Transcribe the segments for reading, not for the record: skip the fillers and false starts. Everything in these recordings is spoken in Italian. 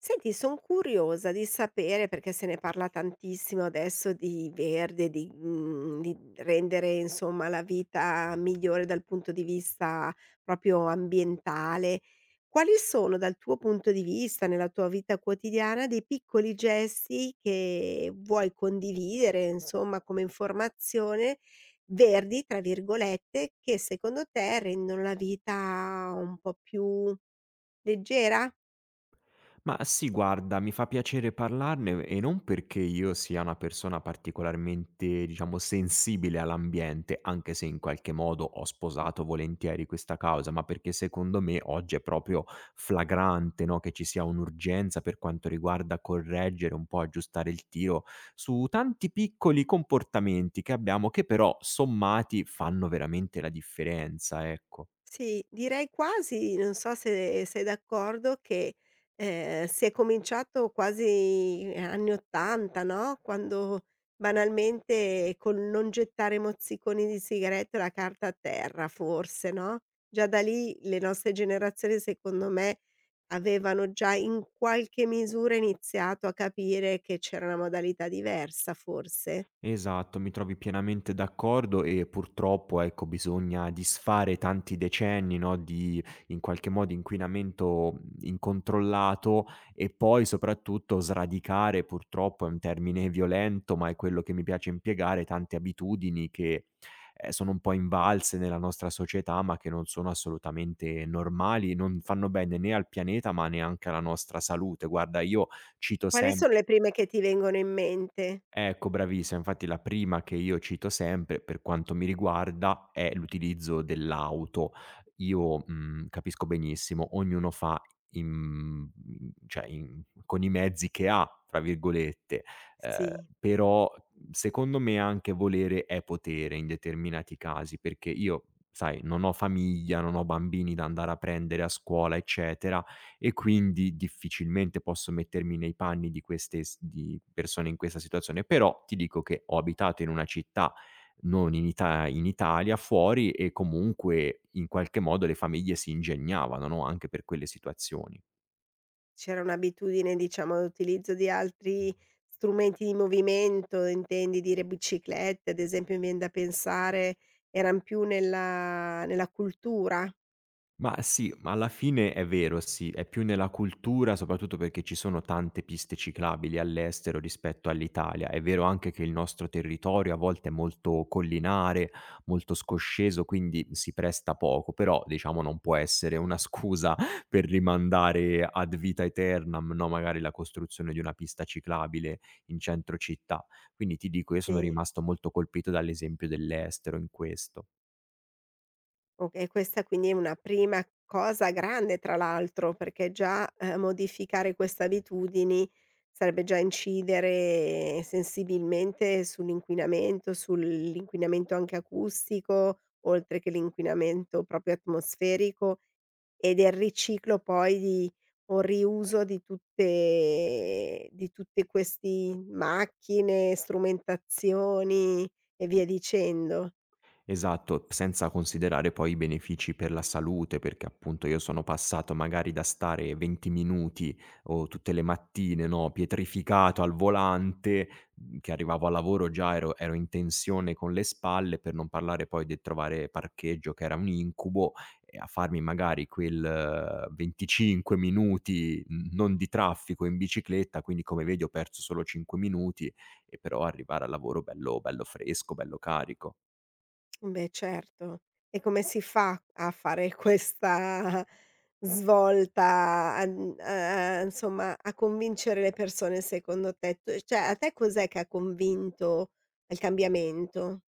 Senti, son curiosa di sapere, perché se ne parla tantissimo adesso di verde, di rendere insomma la vita migliore dal punto di vista proprio ambientale. Quali sono dal tuo punto di vista, nella tua vita quotidiana, dei piccoli gesti che vuoi condividere, insomma, come informazione, "verdi" tra virgolette, che secondo te rendono la vita un po' più leggera? Ma sì, guarda, mi fa piacere parlarne e non perché io sia una persona particolarmente, diciamo, sensibile all'ambiente, anche se in qualche modo ho sposato volentieri questa causa, ma perché secondo me oggi è proprio flagrante, no, che ci sia un'urgenza per quanto riguarda correggere, un po' aggiustare il tiro su tanti piccoli comportamenti che abbiamo che però sommati fanno veramente la differenza, ecco. Sì, direi quasi, non so se sei d'accordo, che, si è cominciato quasi anni '80, no, quando banalmente col non gettare mozziconi di sigarette e la carta a terra forse, no, già da lì le nostre generazioni secondo me avevano già in qualche misura iniziato a capire che c'era una modalità diversa forse. Esatto, mi trovi pienamente d'accordo e purtroppo, ecco, bisogna disfare tanti decenni, no, di in qualche modo inquinamento, incontrollato e poi soprattutto sradicare, purtroppo è un termine violento, ma è quello che mi piace impiegare, tante abitudini che, sono un po' invalse nella nostra società, ma che non sono assolutamente normali, non fanno bene né al pianeta, ma neanche alla nostra salute. Guarda, io cito Quali sem. sono le prime che ti vengono in mente? Ecco, bravissima. Infatti la prima che io cito sempre, per quanto mi riguarda, è l'utilizzo dell'auto. Io, capisco benissimo, ognuno fa in cioè in con i mezzi che ha, tra virgolette, ehm, Sì. però secondo me anche volere è potere in determinati casi, perché io, sai, non ho famiglia, non ho bambini da andare a prendere a scuola, eccetera, e quindi difficilmente posso mettermi nei panni di queste s di persone in questa situazione. Però ti dico che ho abitato in una città, non in Italia, fuori e comunque in qualche modo le famiglie si ingegnavano, no, anche per quelle situazioni. C'era un'abitudine, diciamo, all'utilizzo di altri strumenti di movimento, intendi dire biciclette, ad esempio, mi vien da pensare, eran più nella cultura? Ma sì, ma alla fine è vero, sì, è più nella cultura, soprattutto perché ci sono tante piste ciclabili all'estero rispetto all'Italia. È vero anche che il nostro territorio a volte è molto collinare, molto scosceso, quindi si presta poco, però diciamo non può essere una scusa per rimandare ad vita aeternam, no, magari la costruzione di una pista ciclabile in centro città. Quindi ti dico, io sono Sì. rimasto molto colpito dall'esempio dell'estero in questo. Okay, questa quindi è una prima cosa grande tra l'altro, perché già, modificare queste abitudini sarebbe già incidere sensibilmente sull'inquinamento anche acustico, oltre che l'inquinamento proprio atmosferico e del riciclo poi di o riuso di tutte di tutti questi macchine, strumentazioni e via dicendo. Esatto, senza considerare poi i benefici per la salute, perché appunto io sono passato magari da stare 20 minuti o tutte le mattine, no, pietrificato al volante, che arrivavo a lavoro già ero in tensione con le spalle, per non parlare poi del trovare parcheggio che era un incubo, e a farmi magari quel 25 minuti n non di traffico in bicicletta, quindi come vedi ho perso solo 5 minuti e però arrivare al lavoro bello bello fresco, bello carico. Beh, certo. E come si fa a fare questa svolta a n a a insomma, a convincere le persone secondo te? Tu, cioè a te, cos'è che ha convinto al cambiamento?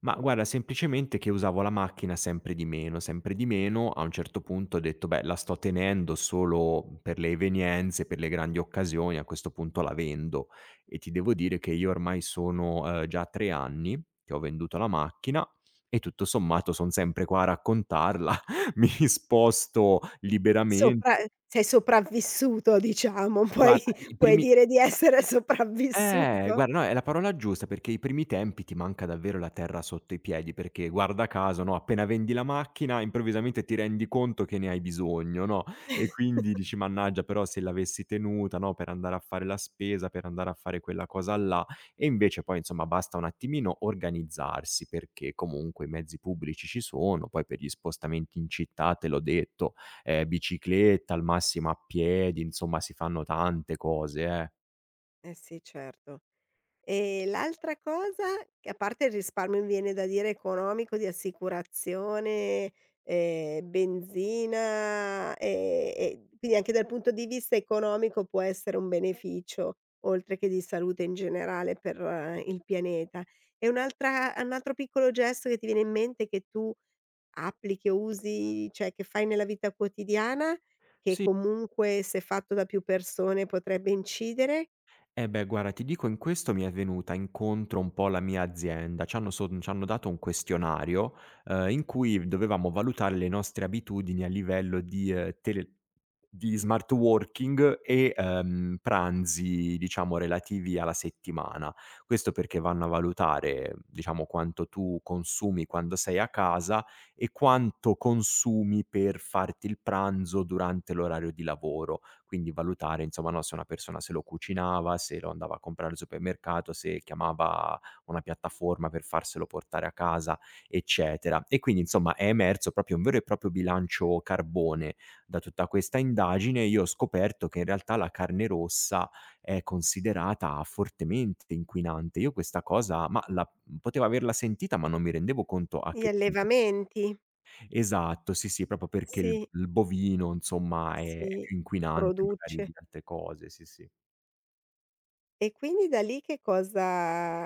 Ma guarda, semplicemente che usavo la macchina sempre di meno, a un certo punto ho detto: "Beh, la sto tenendo solo per le evenienze, per le grandi occasioni, a questo punto la vendo". E ti devo dire che io ormai sono, già 3 anni che ho venduto la macchina e tutto sommato son sempre qua a raccontarla, mi sposto Sopra liberamente. Sei sopravvissuto, diciamo, puoi Guarda, i puoi primi. dire di essere sopravvissuto. Guarda, no, è la parola giusta perché i primi tempi ti manca davvero la terra sotto i piedi, perché guarda caso, no, appena vendi la macchina improvvisamente ti rendi conto che ne hai bisogno, no, e quindi dici: "Mannaggia, però se l'avessi tenuta, no, per andare a fare la spesa, per andare a fare quella cosa là". E invece poi, insomma, basta un attimino organizzarsi, perché comunque i mezzi pubblici ci sono, poi per gli spostamenti in città, te l'ho detto, bicicletta, al massimo a piedi, insomma si fanno tante cose, eh. Eh sì, certo. E l'altra cosa che, a parte il risparmio, mi viene da dire economico, di assicurazione, benzina, e quindi anche dal punto di vista economico può essere un beneficio, oltre che di salute in generale per il pianeta. E un altro piccolo gesto che ti viene in mente che tu applichi o usi, cioè che fai nella vita quotidiana, che Sì. comunque se fatto da più persone potrebbe incidere, Eh beh, guarda, ti dico in questo mi è venuta incontro un po' la mia azienda. C'hanno dato un questionario, in cui dovevamo valutare le nostre abitudini a livello di smart working e, pranzi diciamo relativi alla settimana. Questo perché vanno a valutare, diciamo, quanto tu consumi quando sei a casa e quanto consumi per farti il pranzo durante l'orario di lavoro, quindi valutare insomma, no, se una persona se lo cucinava, se lo andava a comprare al supermercato, se chiamava una piattaforma per farselo portare a casa, eccetera. E quindi insomma è emerso proprio un vero e proprio bilancio carbone. Da tutta questa indagine io ho scoperto che in realtà la carne rossa è considerata fortemente inquinante. Io questa cosa, ma la potevo averla sentita, ma non mi rendevo conto a gli che punto. allevamenti, Esatto, sì, sì, proprio perché il sì, il bovino insomma è sì, più inquinante magari di produce. altre cose, sì, sì. E quindi da lì che cosa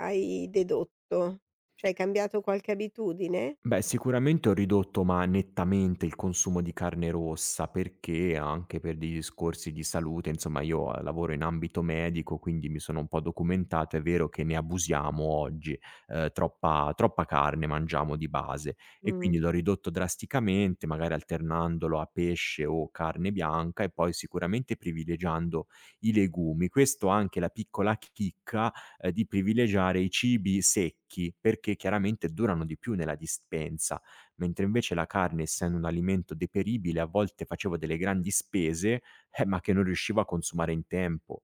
hai dedotto? Cioè hai cambiato qualche abitudine? Beh, sicuramente ho ridotto, ma nettamente, il consumo di carne rossa, perché anche per dei discorsi di salute, insomma io, lavoro in ambito medico, quindi mi sono un po' documentato, è vero che ne abusiamo oggi, troppa carne mangiamo di base e Mh. quindi l'ho ridotto drasticamente, magari alternandolo a pesce o carne bianca e poi sicuramente privilegiando i legumi. Questo ha anche la piccola chicca di privilegiare i cibi secchi, perché chiaramente durano di più nella dispensa, mentre invece la carne, essendo un alimento deperibile, a volte facevo delle grandi spese, ma che non riuscivo a consumare in tempo.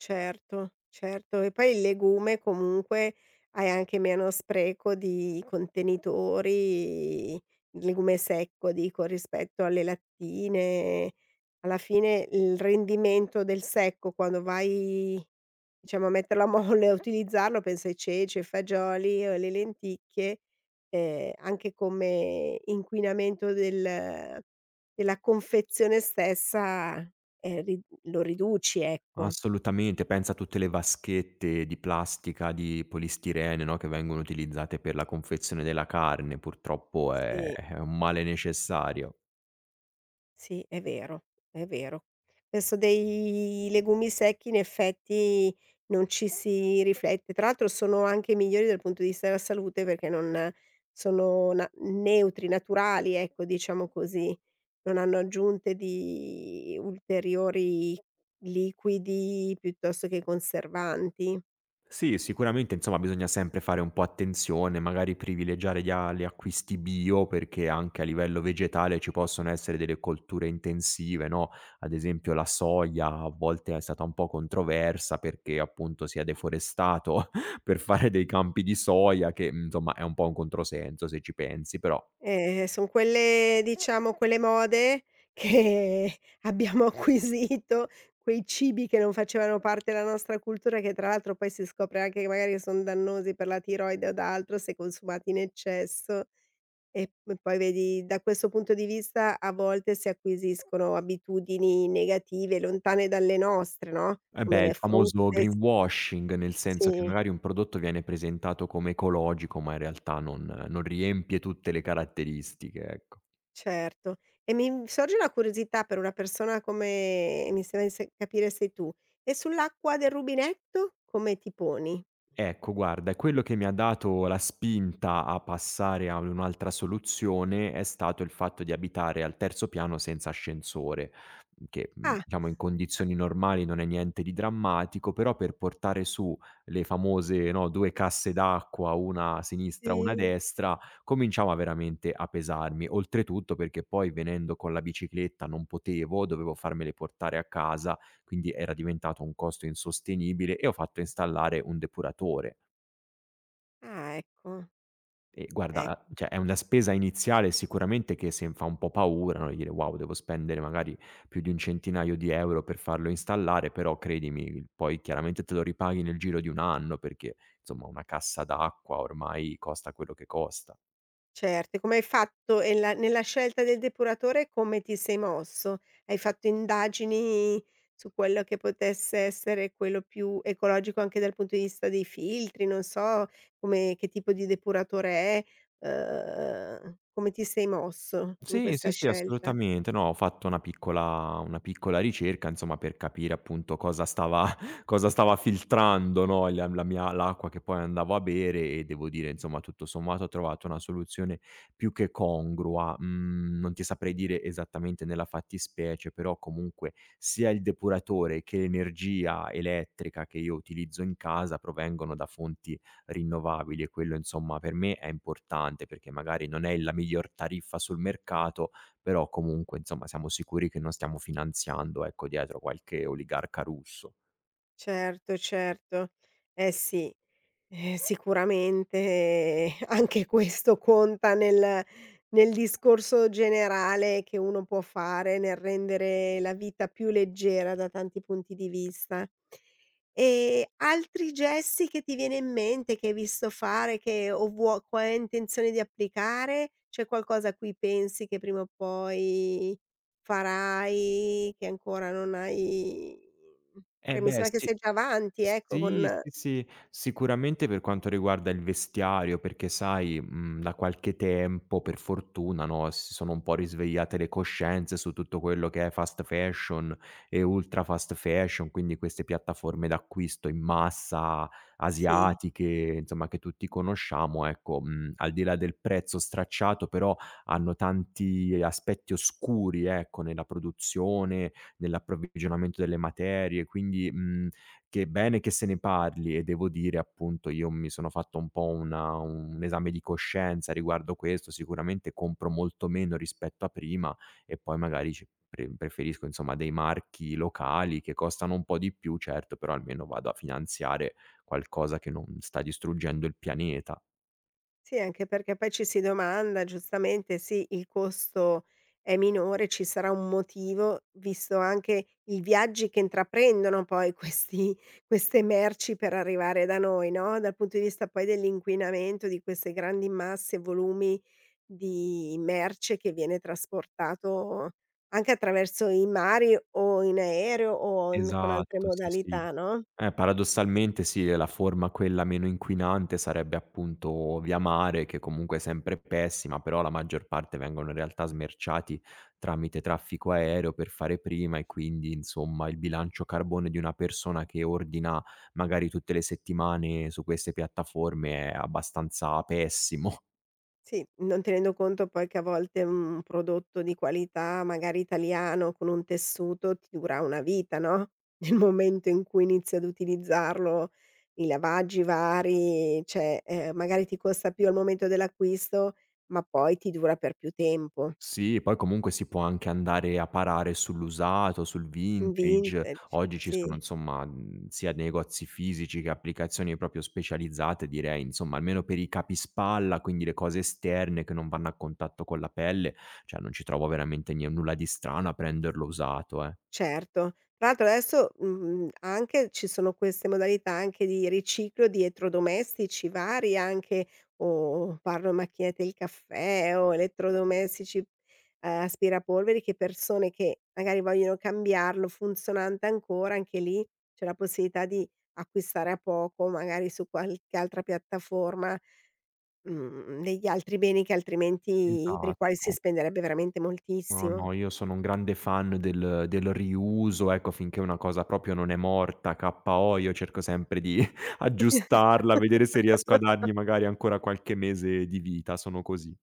Certo, certo. E poi il legume comunque hai anche meno spreco di contenitori, il legume secco dico, rispetto alle lattine. Alla fine il rendimento del secco quando vai, diciamo, a metterlo a molle, a utilizzarlo, penso ai ceci, ai fagioli o alle lenticchie, anche come inquinamento della confezione stessa, ri lo riduci, ecco. Assolutamente, pensa a tutte le vaschette di plastica, di polistirene, no, che vengono utilizzate per la confezione della carne, purtroppo è Sì, è un male necessario. sì, è vero, è vero. Penso, dei legumi secchi in effetti non ci si riflette. Tra l'altro sono anche migliori dal punto di vista della salute perché non sono na neutri, naturali, ecco, diciamo così. Non hanno aggiunte di ulteriori liquidi piuttosto che conservanti. Sì, sicuramente insomma bisogna sempre fare un po' attenzione, magari privilegiare gli acquisti bio perché anche a livello vegetale ci possono essere delle colture intensive, no, ad esempio la soia a volte è stata un po' controversa perché appunto si è deforestato per fare dei campi di soia che, insomma è un po' un controsenso se ci pensi, però Son quelle, diciamo, quelle mode che abbiamo acquisito, quei cibi che non facevano parte della nostra cultura, che tra l'altro poi si scopre anche che magari son dannosi per la tiroide od altro se consumati in eccesso e p poi vedi da questo punto di vista a volte si acquisiscono abitudini negative, lontane dalle nostre, no, eh come beh, il le famoso frutte s greenwashing, nel senso che sì. magari un prodotto viene presentato come ecologico, ma in realtà non riempie tutte le caratteristiche, ecco. Certo. E mi sorge una curiosità per una persona come mi sembra di se capire sei tu, e sull'acqua del rubinetto come ti poni? Ecco, guarda, è quello che mi ha dato la spinta a passare a un'altra soluzione è stato il fatto di abitare al terzo piano senza ascensore, che Ah, diciamo in condizioni normali non è niente di drammatico, però per portare su le famose, no, 2 casse d'acqua, una a sinistra, una a sì. destra, cominciava veramente a pesarmi. Oltretutto perché poi venendo con la bicicletta non potevo, dovevo farmele portare a casa, quindi era diventato un costo insostenibile e ho fatto installare un depuratore. Ah, ecco, E guarda, a ecco. cioè è una spesa iniziale sicuramente che se fa un po' paura, no, dire: "Wow, devo spendere magari più di un centinaio di euro per farlo installare", però credimi, il poi chiaramente te lo ripaghi nel giro di 1 anno perché, insomma, una cassa d'acqua ormai costa quello che costa. Certo, e come hai fatto, e la nella scelta del depuratore, come ti sei mosso? Hai fatto indagini su quello che potesse essere quello più ecologico anche dal punto di vista dei filtri, non so come che tipo di depuratore è, come ti sei mosso in Sì, sì, questa sì, scelta? assolutamente. No, ho fatto una piccola ricerca, insomma, per capire appunto cosa stava cosa stava filtrando, no, la la mia l'acqua che poi andavo a bere e devo dire, insomma, tutto sommato ho trovato una soluzione più che congrua. Mhmm, Non ti saprei dire esattamente nella fattispecie, però comunque sia il depuratore che l'energia elettrica che io utilizzo in casa provengono da fonti rinnovabili e quello insomma per me è importante, perché magari non è la miglior tariffa sul mercato, però comunque insomma siamo sicuri che non stiamo finanziando, ecco, dietro qualche oligarca russo. Certo, certo. Eh sì. Sicuramente anche questo conta nel discorso generale che uno può fare, nel rendere la vita più leggera da tanti punti di vista. Altri gesti che ti viene in mente, che hai visto fare, che o hai intenzione di applicare? C'è qualcosa a cui pensi che prima o poi farai, che ancora non hai, Eh che mi beh sembra che sì. sei già avanti ecco Sì, con, sì, sì, sicuramente per quanto riguarda il vestiario, perché sai, da qualche tempo, per fortuna, no, si sono un po' risvegliate le coscienze su tutto quello che è fast fashion e ultra fast fashion, quindi queste piattaforme d'acquisto in massa sì. asiatiche, insomma che tutti conosciamo, ecco, al di là del prezzo stracciato, però hanno tanti aspetti oscuri, ecco, nella produzione, nell'approvvigionamento delle materie, quindi, che bene che se ne parli e devo dire appunto io mi sono fatto un po' una un esame di coscienza riguardo questo, sicuramente compro molto meno rispetto a prima e poi magari ci pre preferisco insomma dei marchi locali che costano un po' di più, certo, però almeno vado a finanziare qualcosa che non sta distruggendo il pianeta. Sì, anche perché poi ci si domanda giustamente: sì, il costo è minore, ci sarà un motivo, visto anche i viaggi che intraprendono poi questi queste merci per arrivare da noi, no, dal punto di vista poi dell'inquinamento di queste grandi masse, volumi di merce che viene trasportato anche attraverso i mari o in aereo o in con altre Esatto, sì, sì. modalità, no? Paradossalmente sì, è la forma quella meno inquinante sarebbe appunto via mare, che comunque è sempre pessima, però la maggior parte vengono in realtà smerciati tramite traffico aereo per fare prima e quindi insomma il bilancio carbone di una persona che ordina magari tutte le settimane su queste piattaforme è abbastanza pessimo. Sì, non tenendo conto poi che a volte un prodotto di qualità, magari italiano, con un tessuto ti dura una vita, no, nel momento in cui inizi ad utilizzarlo, i lavaggi vari, cioè, magari ti costa più al momento dell'acquisto, ma poi ti dura per più tempo. Sì, poi comunque si può anche andare a parare sull'usato, sul vintage. Vintage, Oggi ci sono sì. insomma, sia negozi fisici che applicazioni proprio specializzate direi, insomma, almeno per i capispalla, quindi le cose esterne che non vanno a contatto con la pelle, cioè non ci trovo veramente nie nulla di strano a prenderlo usato, eh. Certo. Tra l'altro adesso, anche ci sono queste modalità anche di riciclo di elettrodomestici vari, anche o parlo macchinette del caffè o elettrodomestici, aspirapolveri, che persone che magari vogliono cambiarlo funzionante ancora, anche lì c'è la possibilità di acquistare a poco, magari su qualche altra piattaforma, degli altri beni che altrimenti per i Esatto. quali si Esatto. spenderebbe veramente No, moltissimo. no, io sono un grande fan del riuso, ecco, finché una cosa proprio non è morta, KO, io cerco sempre di aggiustarla, vedere se riesco a dargli magari ancora qualche mese di vita, sono così.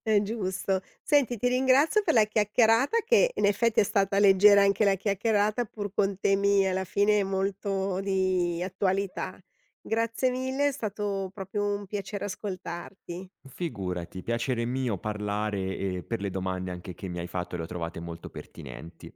È giusto. Senti, ti ringrazio per la chiacchierata che in effetti è stata leggera anche la chiacchierata, pur con temi alla fine molto di attualità. Grazie mille, è stato proprio un piacere ascoltarti. Figurati, piacere mio parlare e per le domande anche che mi hai fatto, le ho trovate molto pertinenti.